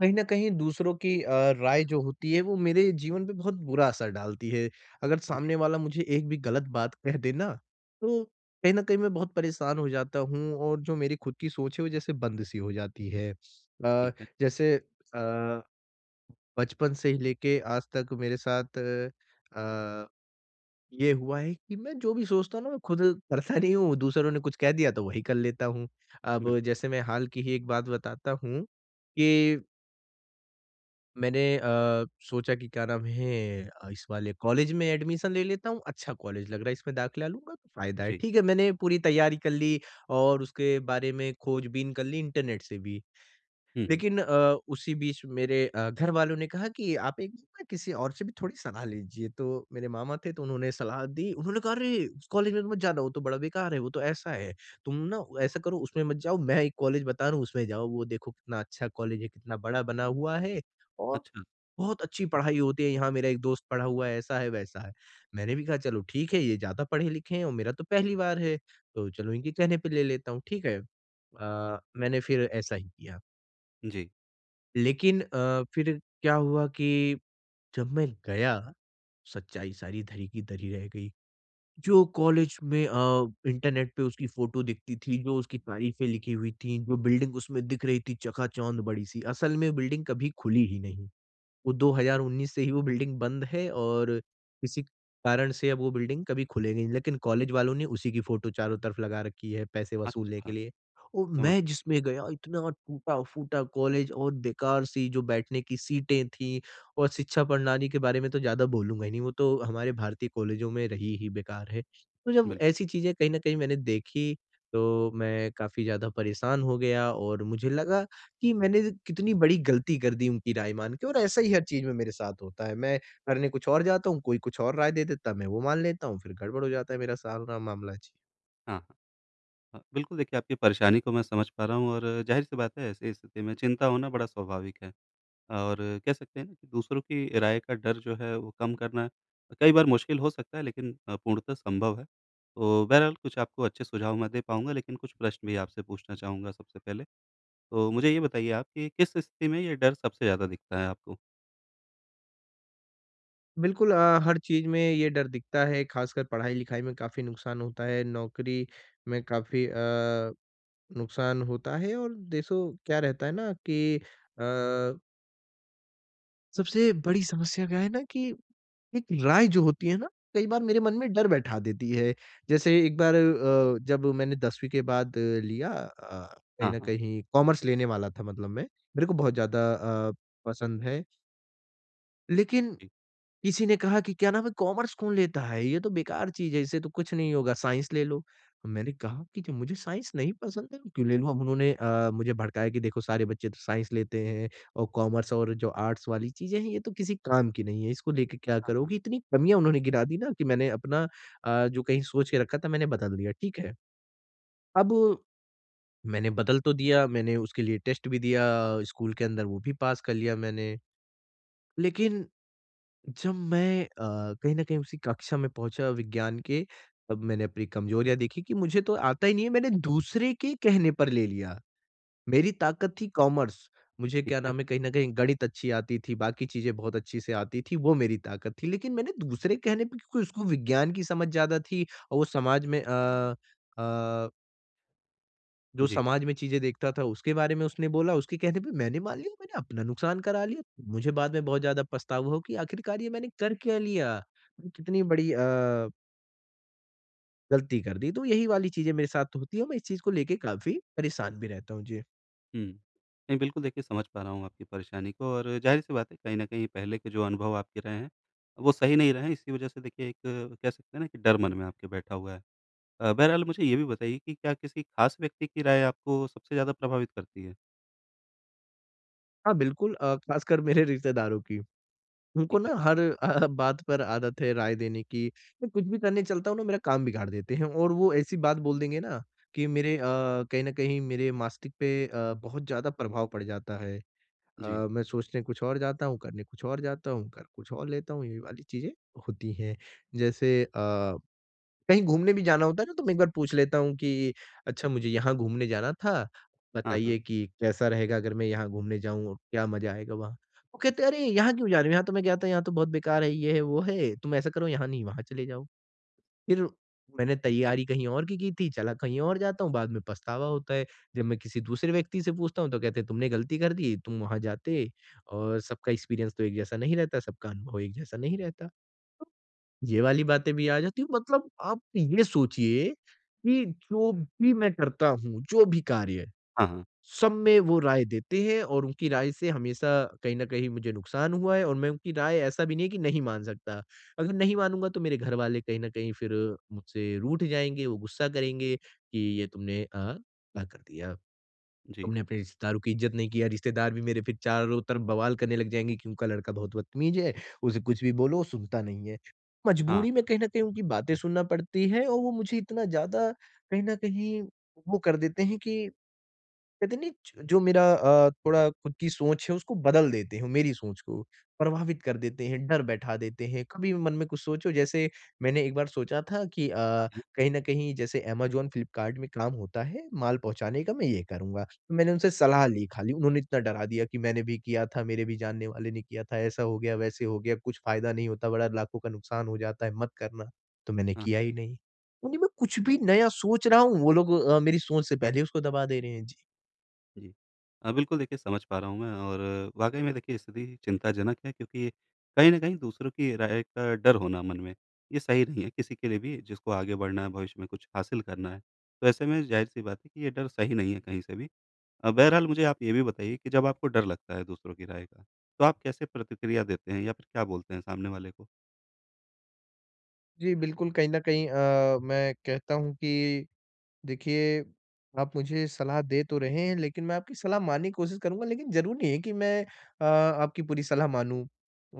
कहीं न कहीं दूसरों की राय जो होती है वो मेरे जीवन पे बहुत बुरा असर डालती है। अगर जी, सामने वाला मुझे एक भी गलत बात कह दे ना, तो कहीं न कहीं मैं बहुत परेशान हो जाता हूँ और जो मेरी खुद की सोच है वो जैसे बंद-सी हो जाती है। ठीक है। जैसे अ, बचपन से ही लेके आज तक मेरे साथ ये हुआ है कि मैं जो भी सोचता हूँ ना मैं खुद करता नहीं हूँ, दूसरों ने कुछ कह दिया तो वही कर लेता हूँ। अब बिल्कुल, जैसे मैं हाल की ही एक बात बताता हूँ कि मैंने सोचा कि क्या नाम है इस वाले कॉलेज में एडमिशन ले लेता हूँ, अच्छा कॉलेज लग रहा है इसमें दाखिला लूँगा तो फ़ायदा है। जी। ठीक है, मैंने पूरी तैयारी कर ली और उसके बारे में खोज-बीन कर ली इंटरनेट से भी। हुँ, हुँ। लेकिन उसी बीच मेरे घर वालों ने कहा कि आप एक बार ना किसी और से भी थोड़ी सलाह लीजिए, तो मेरे मामा थे तो उन्होंने सलाह दी। उन्होंने कहा, "अरे! उस कॉलेज में तो मत जाना वो तो बड़ा बेकार है, वो तो ऐसा है। तुम ना ऐसा करो उसमें मत जाओ, मैं एक कॉलेज बता रहा हूँ उसमें जाओ, वो देखो कितना अच्छा कॉलेज है, कितना बड़ा बना हुआ है और अच्छा, बहुत अच्छी पढ़ाई होती है यहाँ मेरा एक दोस्त पढ़ा हुआ है, ऐसा है, वैसा है।" मैंने भी कहा चलो ठीक है ये ज़्यादा पढ़े लिखे हैं और मेरा तो पहली बार है, तो चलो इनके कहने पे ले लेता हूँ, ठीक है। मैंने फिर ऐसा ही किया। जी। लेकिन फिर क्या हुआ कि जब मैं गया, सच्चाई सारी धरी की धरी रह गई। जो कॉलेज में इंटरनेट पे उसकी फ़ोटो दिखती थी, जो उसकी तारीफ़ें लिखी हुई थीं, जो बिल्डिंग उसमें दिख रही थी चकाचौंध बड़ी-सी, असल में बिल्डिंग कभी खुली ही नहीं। वो 2019 से ही वो बिल्डिंग बंद है और किसी कारण से अब वो बिल्डिंग कभी खुलेगी नहीं, लेकिन कॉलेज वालों ने उसी की फ़ोटो चारों तरफ लगा रखी है पैसे वसूलने के अच्छा, लिए। और समझ मैं जिसमें गया इतना टूटा-फूटा कॉलेज और बेकार सी जो बैठने की सीटें थीं और शिक्षा प्रणाली के बारे में तो ज़्यादा बोलूँगा ही नहीं, वो तो हमारे भारतीय कॉलेजों में रही ही बेकार है। तो गया, जब बिल्कुल। ऐसी चीज़ें कहीं न कहीं मैंने देखी, तो मैं काफ़ी ज़्यादा परेशान हो गया और मुझे लगा कि मैंने कितनी बड़ी गलती कर दी उनकी राय मान के और ऐसा ही हर चीज़ में मेरे साथ होता है। मैं करने कुछ और जाता हूँ, कोई कुछ और राय दे देता है, मैं वो मान लेता हूँ, फिर गड़बड़ हो जाता है मेरा सारा मामला। जी। हाँ, हाँ। बिल्कुल देखिए आपकी परेशानी को मैं समझ पा रहा हूँ और ज़ाहिर-सी बात है ऐसी स्थिति में चिंता होना बड़ा स्वाभाविक है। और कह सकते हैं ना कि दूसरों की राय का डर जो है वो कम करना कई बार मुश्किल हो सकता है, लेकिन पूर्णतः संभव है। तो बहरहाल कुछ आपको अच्छे सुझाव मैं दे पाऊँगा, लेकिन कुछ प्रश्न भी आपसे पूछना चाहूँगा सबसे पहले। तो मुझे ये बताइए आप कि किस स्थिति में ये डर सबसे ज़्यादा दिखता है आपको? बिल्कुल, हर चीज़ में ये डर दिखता है, खासकर पढ़ाई-लिखाई में काफ़ी नुकसान होता है, नौकरी में काफ़ी नुकसान होता है और देखो क्या रहता है ना कि अ सबसे बड़ी समस्या क्या है ना कि एक राय जो होती है ना कई बार मेरे मन में डर बैठा देती है। जैसे एक बार जब मैंने 10वीं के बाद लिया कहीं हाँ, न हाँ। कहीं कॉमर्स लेने वाला था मतलब मैं। मेरे को बहुत ज़्यादा पसंद है। लेकिन जी। किसी ने कहा कि क्या नाम है कॉमर्स कौन लेता है ये तो बेकार चीज़ है इससे तो कुछ नहीं होगा साइंस ले लो। मैंने कहा कि जो मुझे साइंस नहीं पसंद है क्यों ले लूँ, अब उन्होंने मुझे भड़काया कि देखो सारे बच्चे तो साइंस लेते हैं और कॉमर्स और जो आर्ट्स वाली चीज़ें हैं ये तो किसी काम की नहीं है इसको लेके क्या हाँ, हाँ। करोगी? इतनी कमियाँ उन्होंने गिना दी ना कि मैंने अपना जो कहीं सोच के रखा था मैंने बदल दिया ठीक है। अब मैंने बदल तो दिया मैंने उसके लिए टेस्ट भी दिया स्कूल के अंदर वो भी पास कर लिया मैंने। लेकिन जब मैं कहीं न कहीं उसी कक्षा में पहुँचा विज्ञान के, तब मैंने अपनी कमजोरियाँ देखी कि मुझे तो आता ही नहीं है, मैंने दूसरे के कहने पर ले लिया। मेरी ताकत थी कॉमर्स, मुझे ठीक क्या है। नाम है कहीं न कहीं गणित अच्छी आती थी, बाकी चीज़ें बहुत अच्छी से आती थी, वो मेरी ताकत थी। लेकिन मैंने दूसरे के कहने पे क्योंकि उसको विज्ञान की समझ ज़्यादा थी और वो समाज में अ, जो जी। समाज में चीज़ें देखता था, उसके बारे में उसने बोला, उसके कहने पे मैंने मान लिया, मैंने अपना नुकसान करा लिया। मुझे बाद में बहुत ज़्यादा पछतावा हो कि आखिरकार ये मैंने कर क्या लिया? मैं कितनी बड़ी गलती कर दी। तो यही वाली चीज़ें मेरे साथ होती है और मैं इस चीज़ को लेके काफ़ी परेशान भी रहता हूँ। जी। हुँ। नहीं, बिल्कुल देखिए, समझ पा रहा हूँ आपकी परेशानी को और ज़ाहिर-सी बात है, कहीं न कहीं पहले के जो अनुभव आपके रहे हैं, वो सही नहीं रहे हैं, इसी वजह से देखिए एक कह सकते हैं ना कि डर मन में आपके बैठा हुआ है। बहरहाल मुझे ये भी बताइए कि क्या किसी ख़ास व्यक्ति की राय आपको सबसे ज़्यादा प्रभावित करती है? हाँ, बिल्कुल, ख़ासकर मेरे रिश्तेदारों की। उनको ठीक है। ना हर बात पर आदत है राय देने की। मैं कुछ भी करने चलता हूँ ना, मेरा काम बिगाड़ देते हैं और वो ऐसी बात बोल देंगे ना कि मेरे कहीं न कहीं मेरे मानसिक पे बहुत ज़्यादा प्रभाव पड़ जाता है। अ, जी। मैं सोचने कुछ और जाता हूँ, करने कुछ और जाता हूँ, कर कुछ और लेता हूँ, ये वाली चीज़ें होती हैं। जैसे कहीं घूमने भी जाना होता है ना तो मैं एक बार पूछ लेता हूँ कि अच्छा मुझे यहाँ घूमने जाना था, हाँ, हाँ। बताइए कि कैसा रहेगा अगर मैं यहाँ घूमने जाऊँ और क्या मज़ा आएगा वहाँ? वो कहते हैं, "अरे! यहाँ क्यों जा रहे हो? यहाँ तो मैं गया था, यहाँ तो बहुत बेकार है, ये है, वो है, तुम ऐसा करो यहाँ नहीं, वहाँ चले जाओ।" फिर मैंने ठीक है। तैयारी कहीं और की थी, चला कहीं और जाता हूँ, बाद में पछतावा होता है। जब मैं किसी दूसरे व्यक्ति से पूछता हूँ तो कहते हैं तुमने गलती कर दी, तुम वहाँ जाते और सबका एक्सपीरियंस तो एक जैसा नहीं रहता, सबका अनुभव एक जैसा नहीं रहता। तो ये वाली बातें भी आ जाती हैं। मतलब आप ये सोचिए कि जो भी मैं करता हूँ, जो भी कार्य हाँ, हाँ। सब में वो राय देते हैं और उनकी राय से हमेशा कहीं न कहीं मुझे नुकसान हुआ है और मैं उनकी राय ऐसा भी नहीं है कि नहीं मान सकता। अगर नहीं मानूँगा तो मेरे घरवाले कहीं न कहीं फिर मुझसे रूठ जाएँगे, वो गुस्सा करेंगे कि ये तुमने क्या कर दिया? जी। तुमने अपने रिश्तेदारों की इज़्ज़त नहीं किया। रिश्तेदार भी मेरे फिर चारों तरफ बवाल करने लग जाएँगे कि उनका लड़का बहुत बदतमीज़ है, उसे कुछ भी बोलो वो सुनता नहीं है। हाँ, मजबूरी में कहीं न कहीं उनकी बातें सुनना पड़ती है और वो मुझे इतना ज़्यादा कहीं न कहीं वो कर देते हैं कि कहते नहीं ज जो मेरा थोड़ा खुद की सोच है उसको बदल देते हैं, मेरी सोच को प्रभावित कर देते हैं, डर बैठा देते हैं। कभी भी मन में कुछ सोचो जैसे मैंने एक बार सोचा था कि हाँ, कहीं न कहीं जैसे अमेज़न, फ्लिपकार्ट में काम होता है माल पहुँचाने का मैं ये करूँगा। तो मैंने उनसे सलाह ली खाली, उन्होंने इतना डरा दिया कि मैंने भी किया था, मेरे भी जानने वाले ने किया था, ऐसा हो गया, वैसे हो गया, कुछ फ़ायदा नहीं होता, बड़ा लाखों का नुकसान हो जाता है, मत करना। तो मैंने हाँ। किया ही नहीं। यानी मैं कुछ भी नया सोच रहा हूँ, वो लोग मेरी सोच से पहले उसको दबा दे रहे हैं। जी। जी। बिल्कुल देखिए, समझ पा रहा हूँ मैं, और वाक़ई में देखिए स्थिति चिंताजनक है, क्योंकि कहीं न कहीं दूसरों की राय का डर होना मन में, ये सही नहीं है किसी के लिए भी जिसको आगे बढ़ना है, भविष्य में कुछ हासिल करना है। तो ऐसे में ज़ाहिर-सी बात है कि ये डर सही नहीं है कहीं से भी। बहरहाल मुझे आप ये भी बताइए कि जब आपको डर लगता है दूसरों की राय का, तो आप कैसे प्रतिक्रिया देते हैं या फिर क्या बोलते हैं सामने वाले को? जी, बिल्कुल, कहीं न कहीं मैं कहता हूँ कि देखिए, आप मुझे सलाह दे तो रहे हैं, लेकिन मैं आपकी सलाह मानने की कोशिश करूँगा, लेकिन ज़रूरी नहीं है कि मैं आपकी पूरी सलाह मानूँ।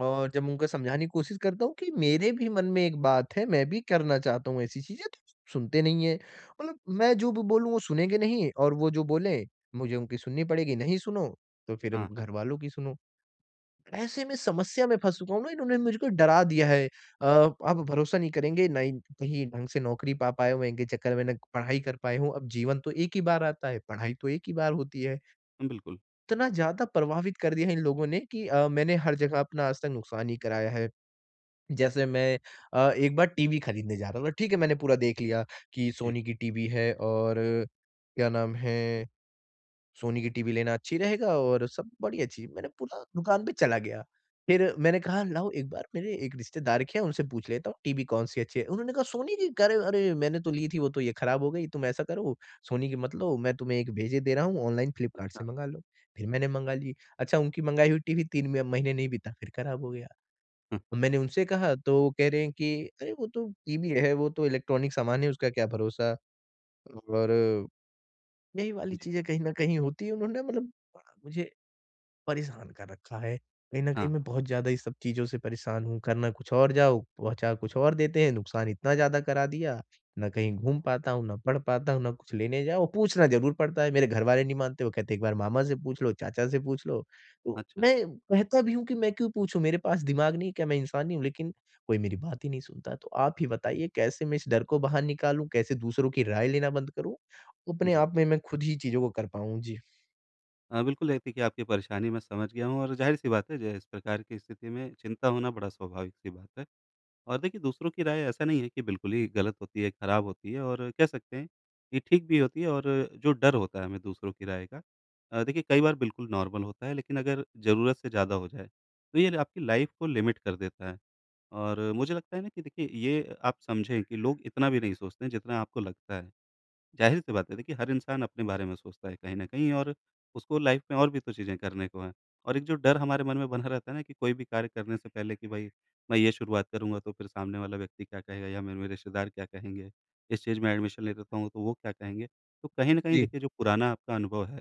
और जब उनको समझाने की कोशिश करता हूँ कि मेरे भी मन में एक बात है, मैं भी करना चाहता हूँ ऐसी चीज़ें, तो सुनते नहीं हैं। मतलब मैं जो भी बोलूँ, वो सुनेंगे नहीं और वो जो बोलें, मुझे उनकी सुननी पड़ेगी। नहीं सुनो, तो फिर हाँ, हाँ। घरवालों की सुनो। ऐसे में समस्या में फँस चुका हूँ ना, इन्होंने मुझको डरा दिया है। आप भरोसा नहीं करेंगे, ना ही कहीं ढंग से नौकरी पा पाए हों, इनके चक्कर में ना पढ़ाई कर पाए हों। अब जीवन तो एक ही बार आता है, पढ़ाई तो एक ही बार होती है। बिल्कुल। इतना ज़्यादा प्रभावित कर दिया है इन लोगों ने कि मैंने हर जगह अपना आज तक नुकसान ही कराया है। जैसे मैं एक बार टीवी खरीदने जा रहा था, ठीक है, मैंने पूरा देख लिया कि जी। सोनी की टीवी है और क्या नाम है सोनी की टीवी लेना अच्छी रहेगा और सब बढ़िया चीज़। मैंने पूरा दुकान पे चला गया। फिर मैंने कहा लाओ एक बार मेरे एक रिश्तेदार के यहाँ उनसे पूछ लेता हूँ टीवी कौन-सी अच्छी है। उन्होंने कहा सोनी की कह रहे अरे मैंने तो ली थी वो तो ये खराब हो गई। तुम ऐसा करो सोनी की मत लो मैं तुम्हें एक भेजे दे रहा हूँ ऑनलाइन फ्लिपकार्ट से अच्छा। मँगा लो। फिर मैंने मँगा ली। अच्छा उनकी मँगाई हुई टीवी 3 म महीने नहीं बीता फिर खराब हो गया। हाँ। मैंने उनसे कहा तो वो कह रहे हैं कि अरे वो तो टीवी है, वो तो इलेक्ट्रॉनिक सामान है उसका क्या भरोसा और यही वाली जी। चीज़ें कहीं न कहीं होती है। उन्होंने मतलब बड़ा मुझे परेशान कर रखा है। कहीं न हाँ। कहीं मैं बहुत ज़्यादा ये सब चीज़ों से परेशान हूँ, करना कुछ और जाओ, पहुँचा कुछ और देते हैं, नुकसान इतना ज़्यादा करा दिया, ना कहीं घूम पाता हूँ, ना पढ़ पाता हूँ, ना कुछ लेने जाओ, पूछना ज़रूर पड़ता है। मेरे घरवाले नहीं मानते, वो कहते एक बार मामा से पूछ लो, चाचा से पूछ लो। तो अच्छा। मैं कहता भी हूँ कि मैं क्यों पूछूँ, मेरे पास दिमाग नहीं है क्या, मैं इंसान नहीं हूँ? लेकिन कोई मेरी बात ही नहीं सुनता। तो आप ही बताइए कैसे मैं इस डर को बाहर निकालूँ, कैसे दूसरों की राय लेना बंद करूँ? अपने जी। आप में मैं खुद ही चीज़ों को कर पाऊँ। जी। बिल्कुल देखिए कि आपकी परेशानी मैं समझ गया हूँ और ज़ाहिर-सी बात है, जो इस प्रकार की स्थिति में चिंता होना बड़ा स्वाभाविक-सी बात है। और देखिए दूसरों की राय ऐसा नहीं है कि बिल्कुल ही गलत होती है, खराब होती है, और कह सकते हैं कि ठीक भी होती है। और जो डर होता है हमें दूसरों की राय का, देखिए कई बार बिल्कुल नॉर्मल होता है, लेकिन अगर ज़रूरत से ज़्यादा हो जाए, तो ये आपकी लाइफ़ को लिमिट कर देता है। और मुझे लगता है ना कि देखिए, ये आप समझें कि लोग इतना भी नहीं सोचते हैं जितना आपको लगता है। ज़ाहिर-सी बात है, देखिए हर इंसान अपने बारे में सोचता है कहीं न कहीं, और उसको लाइफ़ में और भी तो चीज़ें करने को हैं। और एक जो डर हमारे मन में बना रहता है ना कि कोई भी कार्य करने से पहले कि भई, मैं ये शुरुआत करूँगा तो फिर सामने वाला व्यक्ति क्या कहेगा, या मेरे मेरे रिश्तेदार क्या कहेंगे? इस चीज़ में एडमिशन ले लेता हूँ तो वो क्या कहेंगे? तो कहीं न कहीं जी, देखिए, जो पुराना आपका अनुभव है,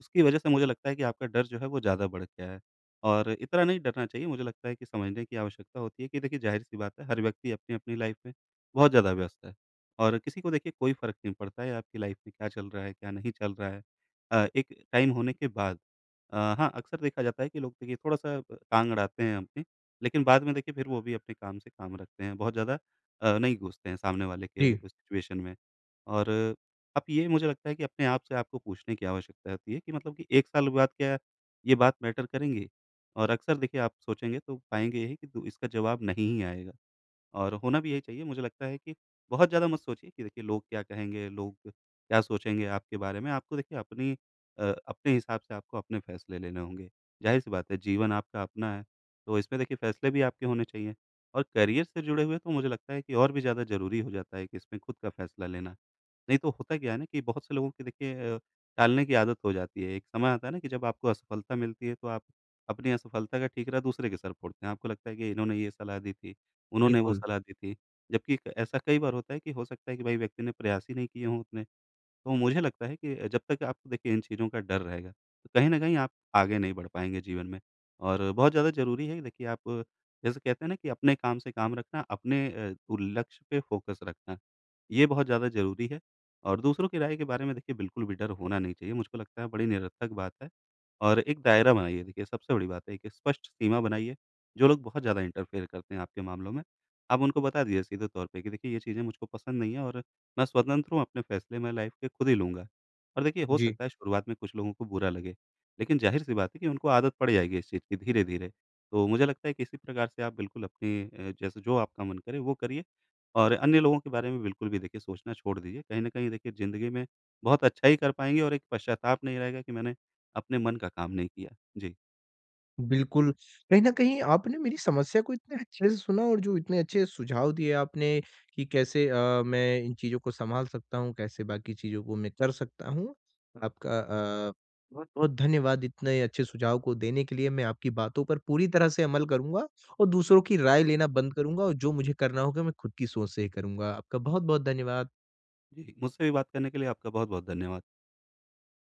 उसकी वजह से मुझे लगता है कि आपका डर जो है वो ज़्यादा बढ़ गया है। और इतना नहीं डरना चाहिए, मुझे लगता है कि समझने की आवश्यकता होती है कि देखिए, ज़ाहिर-सी बात है, हर व्यक्ति अपनी-अपनी लाइफ़ में बहुत ज़्यादा व्यस्त है। और किसी को देखिए कोई फ़र्क नहीं पड़ता है आपकी लाइफ़ में क्या चल रहा है, क्या नहीं चल रहा है। एक टाइम होने के बाद, हाँ, अक्सर देखा जाता है कि लोग देखिए थोड़ा-सा टाँग अड़ाते हैं अपनी, लेकिन बाद में देखिए फिर वो भी अपने काम से काम रखते हैं। बहुत ज़्यादा नहीं घुसते हैं सामने वाले के जी, सिचुएशन में। और आप, ये मुझे लगता है कि अपने आप से आपको पूछने की आवश्यकता होती है कि मतलब कि 1 साल बाद क्या ये बात मैटर करेंगी? और अक्सर देखिए आप सोचेंगे तो पाएँगे यही कि दू इसका जवाब नहीं ही आएगा। और होना भी यही चाहिए। मुझे लगता है कि बहुत ज़्यादा मत सोचिए कि देखिए लोग क्या कहेंगे, लोग क्या सोचेंगे आपके बारे में। आपको देखिए अपनी, अपने हिसाब से आपको अपने फैसले लेने होंगे। ज़ाहिर-सी बात है, जीवन आपका अपना है, तो इसमें देखिए फैसले भी आपके होने चाहिए। और करियर से जुड़े हुए तो मुझे लगता है कि और भी ज़्यादा ज़रूरी हो जाता है कि इसमें खुद का फैसला लेना। नहीं तो होता क्या है ना कि बहुत से लोगों की देखिए टालने की आदत हो जाती है। एक समय आता है ना कि जब आपको असफलता मिलती है, तो आप अपनी असफलता का ठीकरा दूसरे के सर फोड़ते हैं। आपको लगता है कि इन्होंने ये सलाह दी थी, उन्होंने वो बिल्कुल। सलाह दी थी। जबकि क ऐसा कई बार होता है कि हो सकता है कि भाई व्यक्ति ने प्रयास ही नहीं किए हों उतने। तो मुझे लगता है कि जब तक आपको देखिए इन चीज़ों का डर रहेगा, तो कहीं न कहीं आप आगे नहीं बढ़ पाएँगे जीवन में। और बहुत ज़्यादा ज़रूरी है कि देखिए आप, जैसे कहते हैं ना कि अपने काम से काम रखना, अपने लक्ष्य पे फ़ोकस रखना, ये बहुत ज़्यादा ज़रूरी है। और दूसरों की राय के बारे में देखिए बिल्कुल भी डर होना नहीं चाहिए, मुझको लगता है बड़ी निरर्थक बात है। और एक दायरा बनाइए, देखिए सबसे बड़ी बात है, एक स्पष्ट सीमा बनाइए। जो लोग बहुत ज़्यादा इंटरफेयर करते हैं आपके मामलों में, आप उनको बता दीजिए सीधे तौर पे कि देखिए, ये चीज़ें मुझको पसंद नहीं है, और मैं स्वतंत्र हूँ, अपने फैसले मैं लाइफ़ के खुद ही लूँगा। और देखिए हो जी। सकता है शुरुआत में कुछ लोगों को बुरा लगे, लेकिन ज़ाहिर-सी बात है कि उनको आदत पड़ जाएगी इस चीज़ की धीरे-धीरे। तो मुझे लगता है कि इसी प्रकार से आप बिल्कुल अपनी, जैसे जो आपका मन करे वो करिए, और अन्य लोगों के बारे में बिल्कुल भी देखिए सोचना छोड़ दीजिए। कहीं न कहीं देखिए ज़िंदगी में बहुत अच्छा ही कर पाएँगे, और एक पश्चाताप नहीं रहेगा कि मैंने अपने मन का काम नहीं किया। जी, बिल्कुल, कहीं न कहीं आपने मेरी समस्या को इतने अच्छे से सुना और जो इतने अच्छे सुझाव दिए आपने कि कैसे मैं इन चीज़ों को सँभाल सकता हूँ, कैसे बाकी चीज़ों को मैं कर सकता हूँ। आपका अ, बहुत-बहुत धन्यवाद इतने अच्छे सुझाव को देने के लिए। मैं आपकी बातों पर पूरी तरह से अमल करूँगा और दूसरों की राय लेना बंद करूँगा और जो मुझे करना होगा मैं खुद की सोच से ही करूँगा। आपका बहुत-बहुत धन्यवाद। जी। मुझसे भी बात करने के लिए आपका बहुत-बहुत धन्यवाद।